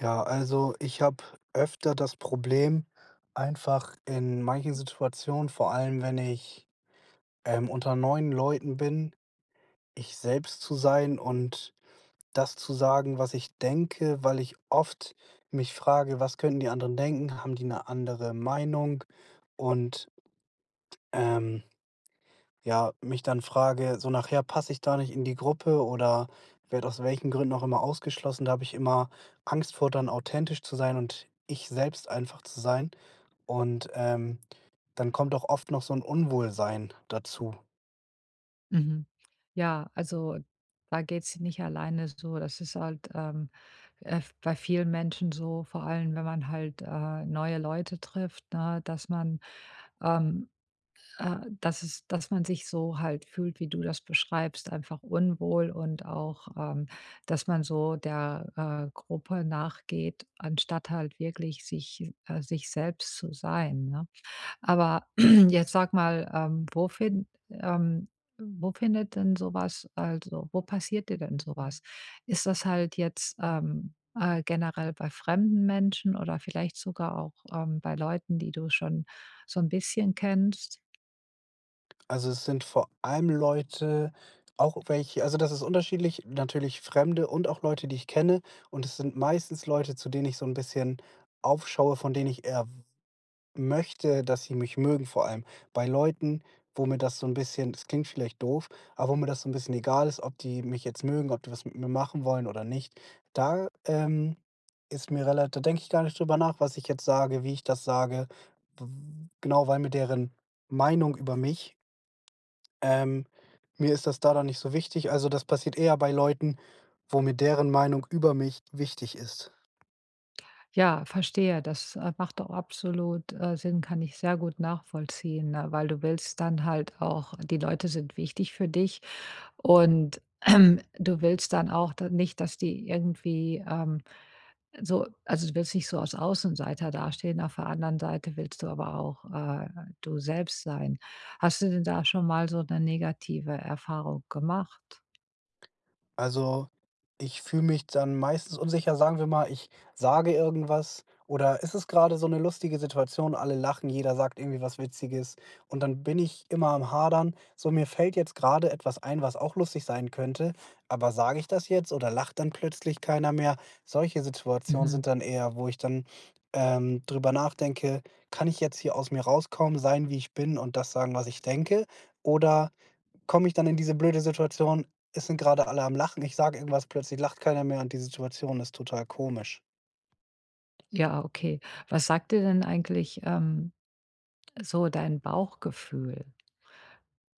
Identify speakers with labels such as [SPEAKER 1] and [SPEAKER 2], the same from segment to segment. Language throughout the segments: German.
[SPEAKER 1] Ja, also ich habe öfter das Problem, einfach in manchen Situationen, vor allem wenn ich unter neuen Leuten bin, ich selbst zu sein und das zu sagen, was ich denke, weil ich oft mich frage, was könnten die anderen denken? Haben die eine andere Meinung? Und ähm, Ja, mich dann frage, so nachher passe ich da nicht in die Gruppe oder werde aus welchen Gründen auch immer ausgeschlossen. Da habe ich immer Angst vor, dann authentisch zu sein und ich selbst einfach zu sein. Und dann kommt auch oft noch so ein Unwohlsein dazu.
[SPEAKER 2] Mhm. Ja, also da geht's nicht alleine so. Das ist halt bei vielen Menschen so, vor allem wenn man halt neue Leute trifft, ne, dass man, ähm, dass man sich so halt fühlt, wie du das beschreibst, einfach unwohl und auch, dass man so der Gruppe nachgeht, anstatt halt wirklich sich, sich selbst zu sein. Ne? Aber jetzt sag mal, wo findet denn so was, also, wo passiert dir denn so was? Ist das halt jetzt, generell bei fremden Menschen oder vielleicht sogar auch, bei Leuten, die du schon so ein bisschen kennst?
[SPEAKER 1] Also es sind vor allem Leute, auch welche, also das ist unterschiedlich, natürlich Fremde und auch Leute, die ich kenne. Und es sind meistens Leute, zu denen ich so ein bisschen aufschaue, von denen ich erwarte möchte, dass sie mich mögen vor allem. Bei Leuten, wo mir das so ein bisschen das klingt vielleicht doof, aber wo mir das so ein bisschen egal ist, ob die mich jetzt mögen, ob die was mit mir machen wollen oder nicht, da, ist mir relativ, da denke ich gar nicht drüber nach, was ich jetzt sage, wie ich das sage. W Genau, weil mir deren Meinung über mich ähm, mir ist das da dann nicht so wichtig. Also, das passiert eher bei Leuten, wo mir deren Meinung über mich wichtig ist.
[SPEAKER 2] Ja, verstehe. Das, macht auch absolut, Sinn, kann ich sehr gut nachvollziehen, ne, weil du willst dann halt auch die Leute sind wichtig für dich und du willst dann auch da nicht, dass die irgendwie, so, also, du willst nicht so als Außenseiter dastehen, auf der anderen Seite willst du aber auch, du selbst sein. Hast du denn da schon mal so eine negative Erfahrung gemacht?
[SPEAKER 1] Also, ich fühle mich dann meistens unsicher, sagen wir mal, ich sage irgendwas oder es ist grade so eine lustige Situation, alle lachen, jeder sagt irgendwie was Witziges und dann bin ich immer am Hadern. So, mir fällt jetzt gerade etwas ein, was auch lustig sein könnte, aber sage ich das jetzt oder lacht dann plötzlich keiner mehr? Solche Situationen
[SPEAKER 2] Mhm.
[SPEAKER 1] sind dann eher, wo ich dann, drüber nachdenke: „Kann ich jetzt hier aus mir rauskommen, sein, wie ich bin und das sagen, was ich denke? Oder komme ich dann in diese blöde Situation, es sind gerade alle am Lachen, ich sage irgendwas, plötzlich lacht keiner mehr und die Situation ist total komisch.
[SPEAKER 2] Ja, okay. Was sagt dir denn eigentlich, so dein Bauchgefühl.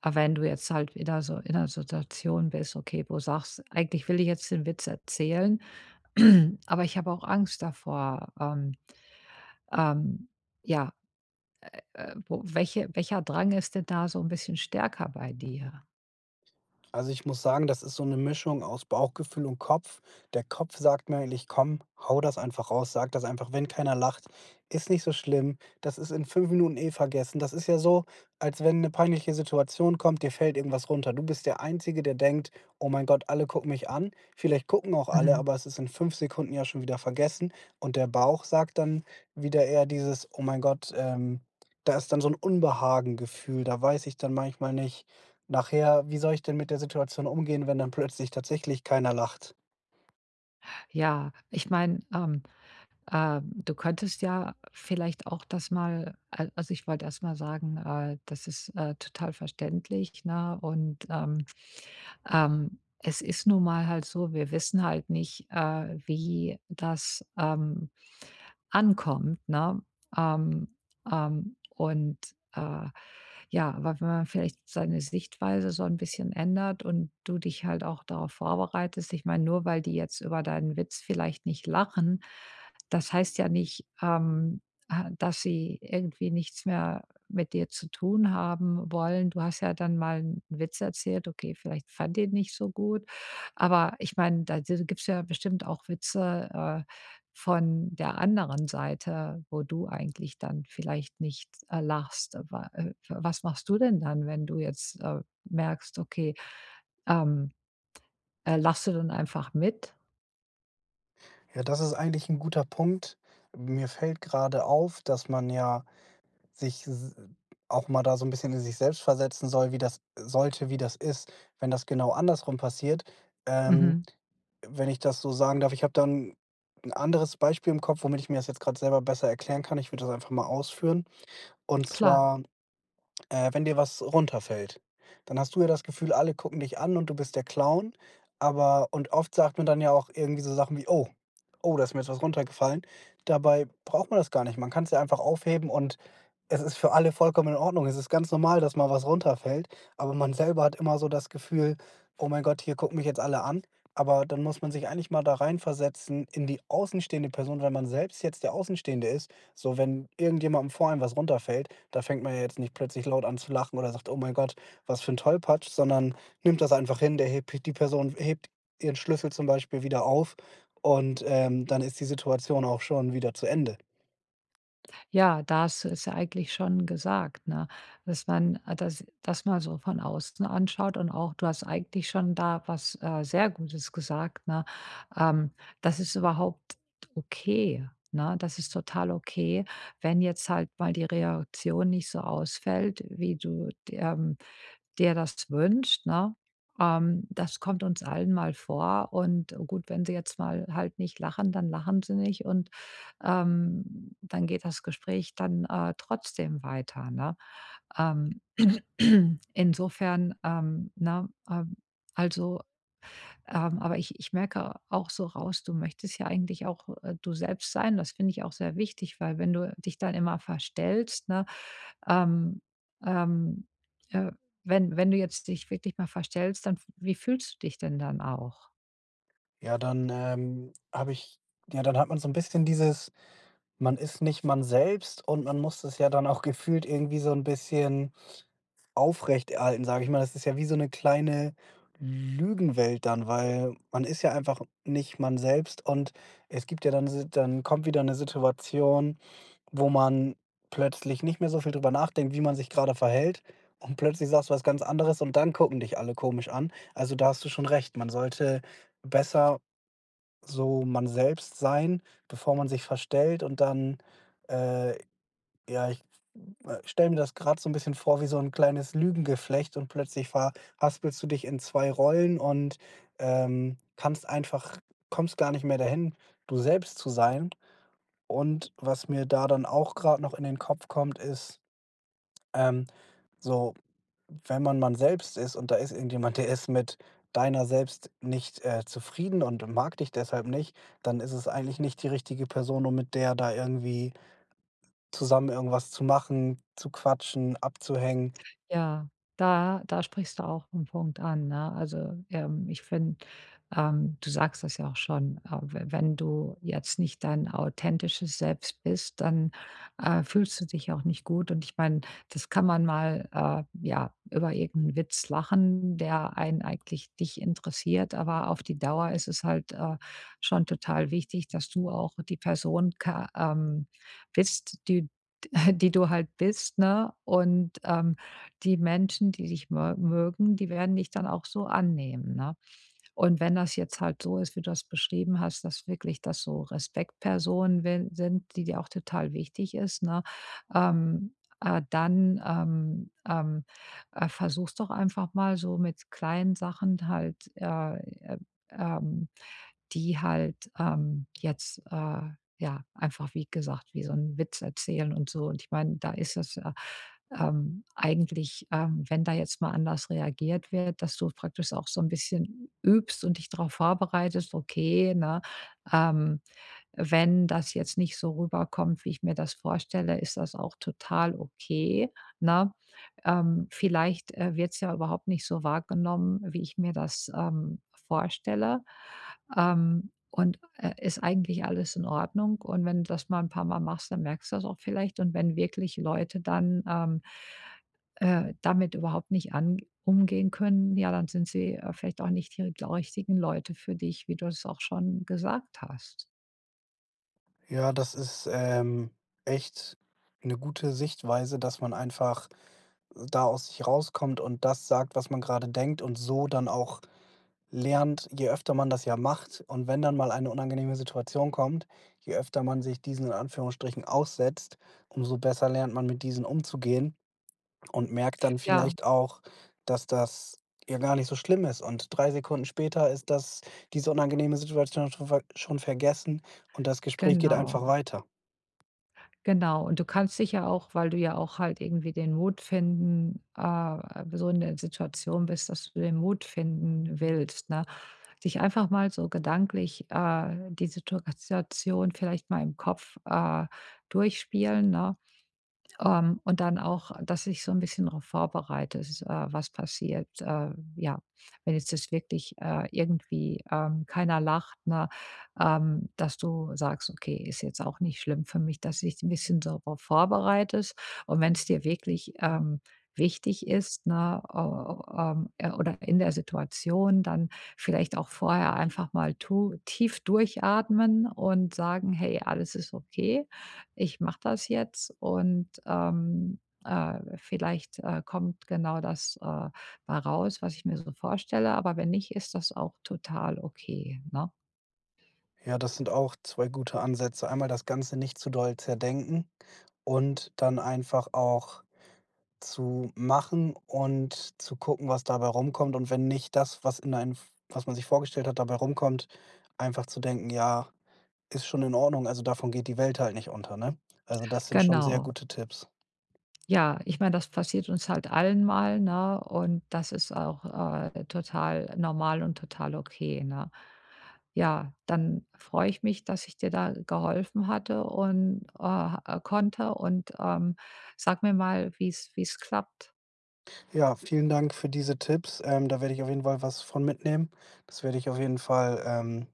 [SPEAKER 2] Aber wenn du jetzt halt wieder so in 'ner Situation bist, okay, wo sagst: „Eigentlich will ich jetzt den Witz erzählen, aber ich habe auch Angst davor.“ ähm, ja, wo welcher Drang ist denn da so ein bisschen stärker bei dir?
[SPEAKER 1] Also, ich muss sagen, das ist so eine Mischung aus Bauchgefühl und Kopf. Der Kopf sagt mir eigentlich: „Komm, hau das einfach raus, sag das einfach, wenn keiner lacht, ist nicht so schlimm. Das ist in 5 Minuten eh vergessen.“ Das ist ja so, als wenn eine peinliche Situation kommt, dir fällt irgendwas runter. Du bist der Einzige, der denkt: „Oh mein Gott, alle gucken mich an.“ Vielleicht gucken auch alle,
[SPEAKER 2] Mhm.
[SPEAKER 1] aber es ist in 5 Sekunden ja schon wieder vergessen, und der Bauch sagt dann wieder eher dieses: „Oh mein Gott.“ Da ist dann so ein Unbehagengefühl. Da weiß ich dann manchmal nicht. Nachher, wie soll ich denn mit der Situation umgehen, wenn dann plötzlich tatsächlich keiner lacht?
[SPEAKER 2] Ja, ich meine, du könntest ja vielleicht auch das mal al also, ich wollte erst mal sagen, das ist, total verständlich, ne? Und, es ist nun mal halt so, wir wissen halt nicht, wie das, ankommt, ne? Ähm, und, äh, ja, weil wenn man vielleicht seine Sichtweise so ein bisschen ändert und du dich halt auch darauf vorbereitest, ich meine, nur weil die jetzt über deinen Witz vielleicht nicht lachen, das heißt ja nicht, dass sie irgendwie nichts mehr mit dir zu tun haben wollen. Du hast ja dann mal einen Witz erzählt, okay, vielleicht fand den nicht so gut, aber ich meine, da d gibt's ja bestimmt auch Witze, von der anderen Seite, wo du eigentlich dann vielleicht nicht, lachst. Wa Was machst du denn dann, wenn du jetzt, merkst, okay, ähm, lachst du dann einfach mit?
[SPEAKER 1] Ja, das ist eigentlich ein guter Punkt. Mir fällt gerade auf, dass man ja sich s auch mal da so ein bisschen in sich selbst versetzen soll, wie das sollte, wie das ist, wenn das genau andersrum passiert. Ähm,
[SPEAKER 2] Mhm,
[SPEAKER 1] Wenn ich das so sagen darf, ich habe dann ein anderes Beispiel im Kopf, womit ich mir das jetzt gerade selber besser erklären kann. Ich würde das einfach mal ausführen. Und
[SPEAKER 2] klar.
[SPEAKER 1] zwar wenn dir was runterfällt, dann hast du ja das Gefühl, alle gucken dich an und du bist der Clown, aber und oft sagt man dann ja auch irgendwie so Sachen wie: „Oh, oh, da ist mir jetzt was runtergefallen.“ Dabei braucht man das gar nicht. Man kann es ja einfach aufheben und es ist für alle vollkommen in Ordnung. Es ist ganz normal, dass mal was runterfällt, aber man selber hat immer so das Gefühl: „Oh mein Gott, hier gucken mich jetzt alle an.“ Aber dann muss man sich eigentlich mal da reinversetzen in die außenstehende Person, weil man selbst jetzt der Außenstehende ist. So, wenn irgendjemandem vor einem was runterfällt, da fängt man ja jetzt nicht plötzlich laut an zu lachen oder sagt: „Oh mein Gott, was für ein Tollpatsch“, sondern nimmt das einfach hin. Der hebt die Person hebt ihren Schlüssel zum Beispiel wieder auf und, dann ist die Situation auch schon wieder zu Ende.
[SPEAKER 2] Ja, da hast du es ja eigentlich schon gesagt, ne? Dass man das mal so von außen anschaut, und auch du hast eigentlich schon da was, sehr Gutes gesagt, ne? Ähm, das ist überhaupt okay, ne? Das ist total okay, wenn jetzt halt mal die Reaktion nicht so ausfällt, wie du d dir das wünscht, ne? Das kommt uns allen mal vor, und gut, wenn sie jetzt mal halt nicht lachen, dann lachen sie nicht, und dann geht das Gespräch dann, trotzdem weiter, ne? Ähm, insofern, ne, also, aber ich merke auch so raus, du möchtest ja eigentlich auch, du selbst sein. Das finde ich auch sehr wichtig, weil wenn du dich dann immer verstellst, ne, ähm, ähm, äh, wenn du jetzt dich wirklich mal verstellst, dann f wie fühlst du dich denn dann auch?
[SPEAKER 1] Ja, dann, dann hat man so ein bisschen dieses, man ist nicht man selbst und man muss das ja dann auch gefühlt irgendwie so ein bisschen aufrechterhalten, sage ich mal. Das ist ja wie so eine kleine Lügenwelt dann, weil man ist ja einfach nicht man selbst und es gibt ja dann Si dann kommt wieder eine Situation, wo man plötzlich nicht mehr so viel drüber nachdenkt, wie man sich gerade verhält und plötzlich sagst du was ganz anderes und dann gucken dich alle komisch an. Also, da hast du schon recht. Man sollte besser so man selbst sein, bevor man sich verstellt und dann, äh ja, ich, stelle mir das gerade so ein bisschen vor wie so ein kleines Lügengeflecht und plötzlich verhaspelst du dich in 2 Rollen und, kannst einfach kommst gar nicht mehr dahin, du selbst zu sein. Und was mir da dann auch gerade noch in den Kopf kommt, ist, ähm, so, wenn man man selbst ist und da ist irgendjemand, der ist mit deiner selbst nicht, zufrieden und mag dich deshalb nicht, dann ist es eigentlich nicht die richtige Person, um mit der da irgendwie zusammen irgendwas zu machen, zu quatschen, abzuhängen.
[SPEAKER 2] Ja, da da sprichst du auch einen Punkt an, ne? Also, ich finde, du sagst das ja auch schon, we wenn du jetzt nicht dein authentisches Selbst bist, dann, fühlst du dich auch nicht gut. Und ich meine, das kann man mal, ja, über irgendeinen Witz lachen, der einen eigentlich dich interessiert, aber auf die Dauer ist es halt, schon total wichtig, dass du auch die Person ka bist, die die du halt bist, ne? Und, die Menschen, die dich mö mögen, die werden dich dann auch so annehmen, ne? Und wenn das jetzt halt so ist, wie du das beschrieben hast, dass wirklich das so Respektpersonen wen sind, die dir auch total wichtig ist, ne, ähm, dann, versuch's doch einfach mal so mit kleinen Sachen halt, ähm, die halt, jetzt, ja, einfach, wie gesagt, wie so 'n Witz erzählen und so. Und ich meine, da ist es, eigentlich, wenn da jetzt mal anders reagiert wird, dass du praktisch auch so ein bisschen übst und dich darauf vorbereitest: „Okay, ne, ähm, wenn das jetzt nicht so rüberkommt, wie ich mir das vorstelle, ist das auch total okay, ne? Vielleicht, wird es ja überhaupt nicht so wahrgenommen, wie ich mir das, vorstelle. Und, ist eigentlich alles in Ordnung.“ Und wenn du das mal ein paar Mal machst, dann merkst du das auch vielleicht. Und wenn wirklich Leute dann, damit überhaupt nicht an umgehen können, ja, dann sind sie, vielleicht auch nicht die richtigen Leute für dich, wie du es auch schon gesagt hast.
[SPEAKER 1] Ja, das ist, echt eine gute Sichtweise, dass man einfach da aus sich rauskommt und das sagt, was man gerade denkt und so dann auch lernt, je öfter man das ja macht, und wenn dann mal eine unangenehme Situation kommt, je öfter man sich diesen in Anführungsstrichen aussetzt, umso besser lernt man, mit diesen umzugehen, und merkt dann
[SPEAKER 2] Ja.
[SPEAKER 1] vielleicht auch, dass das ja gar nicht so schlimm ist und 3 Sekunden später ist das diese unangenehme Situation schon vergessen und das Gespräch geht
[SPEAKER 2] Genau,
[SPEAKER 1] einfach weiter.
[SPEAKER 2] genau. Und du kannst dich ja auch, weil du ja auch halt irgendwie den Mut finden so in der Situation bist, dass du den Mut finden willst, ne? Dich einfach mal so gedanklich, die Situation vielleicht mal im Kopf, durchspielen, ne? Und dann auch, dass ich so ein bisschen darauf vorbereite, s was passiert, ja, wenn jetzt das wirklich, irgendwie, keiner lacht, ne, dass du sagst: „Okay, ist jetzt auch nicht schlimm für mich“, dass ich ein bisschen darauf vorbereitest. Und wenn es dir wirklich, wichtig ist, ne, o oder in der Situation, dann vielleicht auch vorher einfach mal tu tief durchatmen und sagen: „Hey, alles ist okay. Ich mache das jetzt“, und, vielleicht, kommt genau das, bei raus, was ich mir so vorstelle, aber wenn nicht, ist das auch total okay, ne?
[SPEAKER 1] Ja, das sind auch 2 gute Ansätze. Einmal das Ganze nicht zu doll zerdenken und dann einfach auch zu machen und zu gucken, was dabei rumkommt, und wenn nicht das, was in einem, was man sich vorgestellt hat, dabei rumkommt, einfach zu denken: „Ja, ist schon in Ordnung, also davon geht die Welt halt nicht unter“, ne? Also, das sind schon sehr
[SPEAKER 2] Genau.
[SPEAKER 1] gute Tipps.
[SPEAKER 2] Ja, ich meine, das passiert uns halt allen mal, ne, und das ist auch, total normal und total okay, ne? Ja, dann freue ich mich, dass ich dir da geholfen hatte und, konnte, und, sag mir mal, wie es klappt.
[SPEAKER 1] Ja, vielen Dank für diese Tipps. Da werde ich auf jeden Fall was von mitnehmen. Das werde ich auf jeden Fall,